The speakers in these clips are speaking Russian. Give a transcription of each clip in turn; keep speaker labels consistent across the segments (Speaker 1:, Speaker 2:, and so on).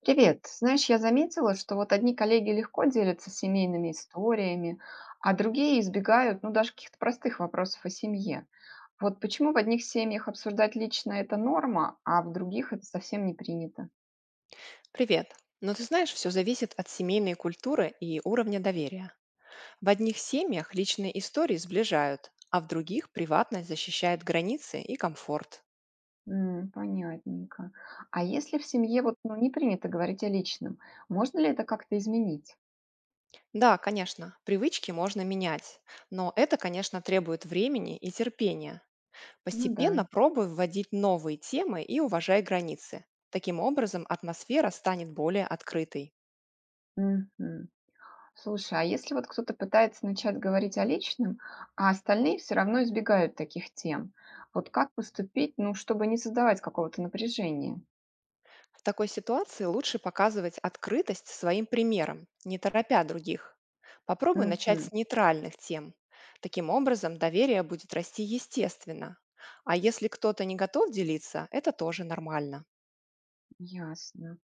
Speaker 1: Привет. Знаешь, я заметила, что вот одни коллеги легко делятся семейными историями, а другие избегают, ну, даже каких-то простых вопросов о семье. Вот почему в одних семьях обсуждать лично это норма, а в других это совсем не принято?
Speaker 2: Привет. Но ты знаешь, все зависит от семейной культуры и уровня доверия. В одних семьях личные истории сближают, а в других приватность защищает границы и комфорт.
Speaker 1: Понятненько. А если в семье вот ну, не принято говорить о личном, можно ли это как-то изменить?
Speaker 2: Да, конечно, привычки можно менять, но это, конечно, требует времени и терпения.
Speaker 1: Ну да.
Speaker 2: Постепенно пробуй вводить новые темы и уважай границы. Таким образом, атмосфера станет более открытой.
Speaker 1: Мгм. Слушай, а если вот кто-то пытается начать говорить о личном, а остальные все равно избегают таких тем, вот как поступить, ну, чтобы не создавать какого-то напряжения?
Speaker 2: В такой ситуации лучше показывать открытость своим примером, не торопя других. Попробуй начать
Speaker 1: Мгм.
Speaker 2: с нейтральных тем. Таким образом, доверие будет расти естественно. А если кто-то не готов делиться, это тоже нормально.
Speaker 1: Ясно.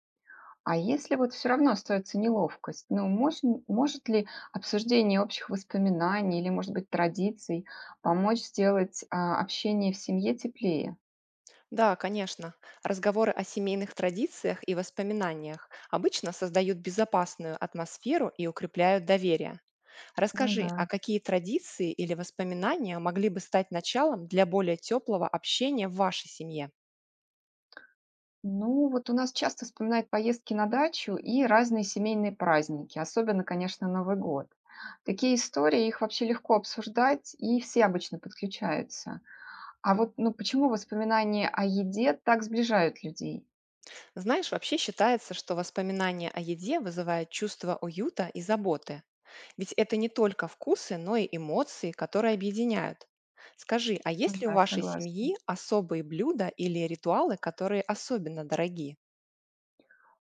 Speaker 1: А если вот все равно остается неловкость, ну, может ли обсуждение общих воспоминаний или, может быть, традиций помочь сделать общение в семье теплее?
Speaker 2: Да, конечно, разговоры о семейных традициях и воспоминаниях обычно создают безопасную атмосферу и укрепляют доверие.
Speaker 1: Ну
Speaker 2: Расскажи, а
Speaker 1: да.
Speaker 2: какие традиции или воспоминания могли бы стать началом для более теплого общения в вашей семье?
Speaker 1: Ну, вот у нас часто вспоминают поездки на дачу и разные семейные праздники, особенно, конечно, Новый год. Такие истории, их вообще легко обсуждать, и все обычно подключаются. А вот, ну, почему воспоминания о еде так сближают людей?
Speaker 2: Знаешь, вообще считается, что воспоминания о еде вызывают чувство уюта и заботы. Ведь это не только вкусы, но и эмоции, которые объединяют. Скажи, а
Speaker 1: Ну
Speaker 2: есть ли у
Speaker 1: да,
Speaker 2: вашей
Speaker 1: согласна.
Speaker 2: семьи особые блюда или ритуалы, которые особенно дороги?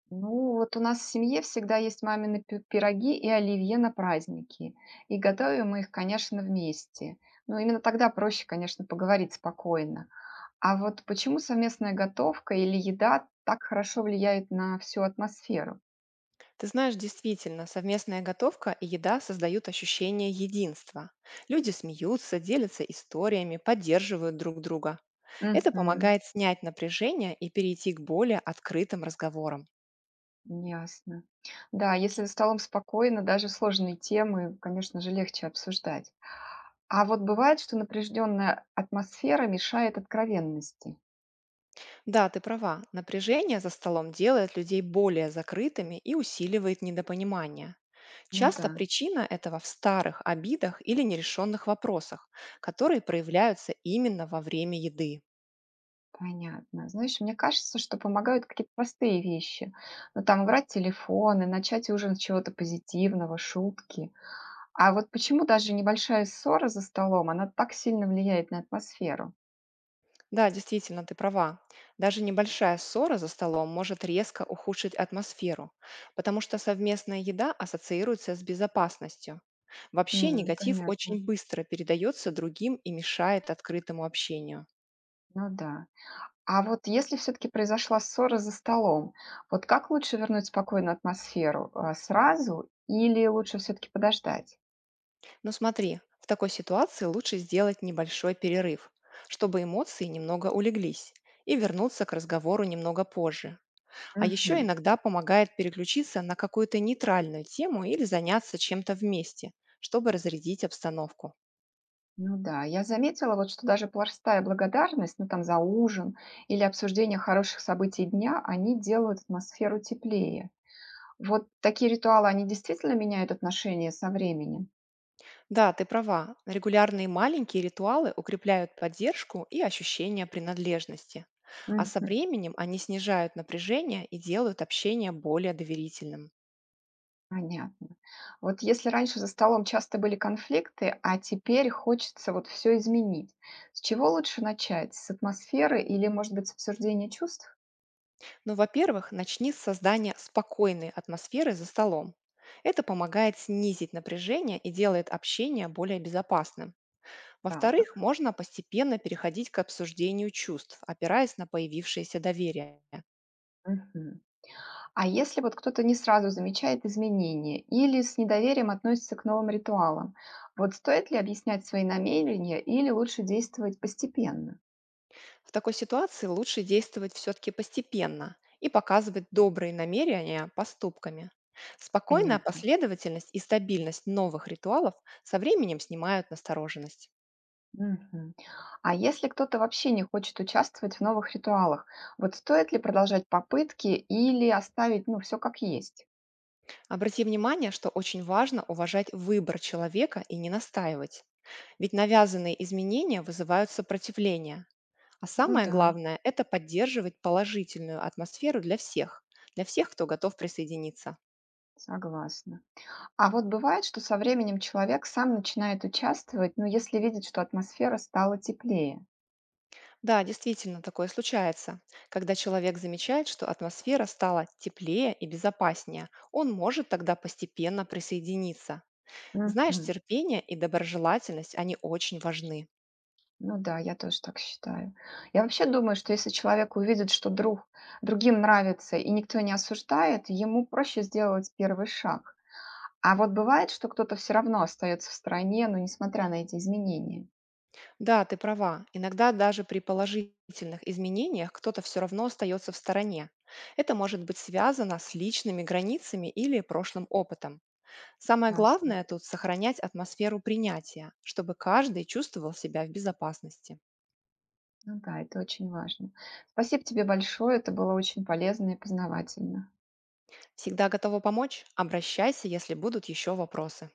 Speaker 1: Ну, вот у нас в семье всегда есть мамины пироги и оливье на праздники. И готовим мы их, конечно, вместе. Но именно тогда проще, конечно, поговорить спокойно. А вот почему совместная готовка или еда так хорошо влияет на всю атмосферу?
Speaker 2: Ты знаешь, действительно, совместная готовка и еда создают ощущение единства. Люди смеются, делятся историями, поддерживают друг друга. Это
Speaker 1: Мгм.
Speaker 2: помогает снять напряжение и перейти к более открытым разговорам.
Speaker 1: Ясно. Да, если за столом спокойно, даже сложные темы, конечно же, легче обсуждать. А вот бывает, что напряженная атмосфера мешает откровенности.
Speaker 2: Да, ты права. Напряжение за столом делает людей более закрытыми и усиливает недопонимание.
Speaker 1: Ну да,
Speaker 2: Часто причина этого в старых обидах или нерешенных вопросах, которые проявляются именно во время еды.
Speaker 1: понятно. Знаешь, мне кажется, что помогают какие-то простые вещи. Ну, там, убрать телефоны, начать ужин с чего-то позитивного, шутки. А вот почему даже небольшая ссора за столом, она так сильно влияет на атмосферу?
Speaker 2: Да, действительно, ты права. Даже небольшая ссора за столом может резко ухудшить атмосферу, потому что совместная еда ассоциируется с безопасностью. Вообще негатив
Speaker 1: Понятно.
Speaker 2: очень быстро передается другим и мешает открытому общению.
Speaker 1: Ну да. А вот если все-таки произошла ссора за столом, вот как лучше вернуть спокойную атмосферу? Сразу или лучше все-таки подождать?
Speaker 2: Но смотри, в такой ситуации лучше сделать небольшой перерыв, чтобы эмоции немного улеглись и вернуться к разговору немного позже. А еще
Speaker 1: Мгм.
Speaker 2: иногда помогает переключиться на какую-то нейтральную тему или заняться чем-то вместе, чтобы разрядить обстановку.
Speaker 1: Ну да, я заметила, вот что даже простая благодарность, ну там за ужин или обсуждение хороших событий дня, они делают атмосферу теплее. Вот такие ритуалы, они действительно меняют отношения со временем?
Speaker 2: Да, ты права, регулярные маленькие ритуалы укрепляют поддержку и ощущение принадлежности. А со временем они снижают напряжение и делают общение более доверительным.
Speaker 1: Понятно. Вот если раньше за столом часто были конфликты, а теперь хочется вот все изменить, с чего лучше начать? С атмосферы или, может быть, с обсуждения чувств?
Speaker 2: Но, во-первых, начни с создания спокойной атмосферы за столом. Это помогает снизить напряжение и делает общение более безопасным. Во-вторых,
Speaker 1: Так,
Speaker 2: можно постепенно переходить к обсуждению чувств, опираясь на появившееся доверие.
Speaker 1: мгм. А если вот кто-то не сразу замечает изменения или с недоверием относится к новым ритуалам, вот стоит ли объяснять свои намерения или лучше действовать постепенно?
Speaker 2: В такой ситуации лучше действовать все-таки постепенно и показывать добрые намерения поступками. Спокойная
Speaker 1: Понятно.
Speaker 2: последовательность и стабильность новых ритуалов со временем снимают настороженность.
Speaker 1: Мгм. А если кто-то вообще не хочет участвовать в новых ритуалах, вот стоит ли продолжать попытки или оставить, ну, все как есть?
Speaker 2: Обрати внимание, что очень важно уважать выбор человека и не настаивать. Ведь навязанные изменения вызывают сопротивление. А
Speaker 1: Ну
Speaker 2: самое
Speaker 1: да,
Speaker 2: главное– это поддерживать положительную атмосферу для всех, кто готов присоединиться.
Speaker 1: согласна. А вот бывает, что со временем человек сам начинает участвовать, ну, если видит, что атмосфера стала теплее.
Speaker 2: Да, действительно, такое случается. Когда человек замечает, что атмосфера стала теплее и безопаснее, он может тогда постепенно присоединиться. Знаешь,
Speaker 1: Мгм.
Speaker 2: терпение и доброжелательность, они очень важны.
Speaker 1: Ну да, я тоже так считаю. Я вообще думаю, что если человек увидит, что другим нравится и никто не осуждает, ему проще сделать первый шаг. А вот бывает, что кто-то все равно остается в стране, но несмотря на эти изменения?
Speaker 2: Да, ты права. Иногда даже при положительных изменениях кто-то все равно остается в стороне. Это может быть связано с личными границами или прошлым опытом. Самое
Speaker 1: Ясно.
Speaker 2: главное тут сохранять атмосферу принятия, чтобы каждый чувствовал себя в безопасности.
Speaker 1: Ну да, это очень важно. Спасибо тебе большое. Это было очень полезно и познавательно.
Speaker 2: Всегда готова помочь? Обращайся, если будут еще вопросы.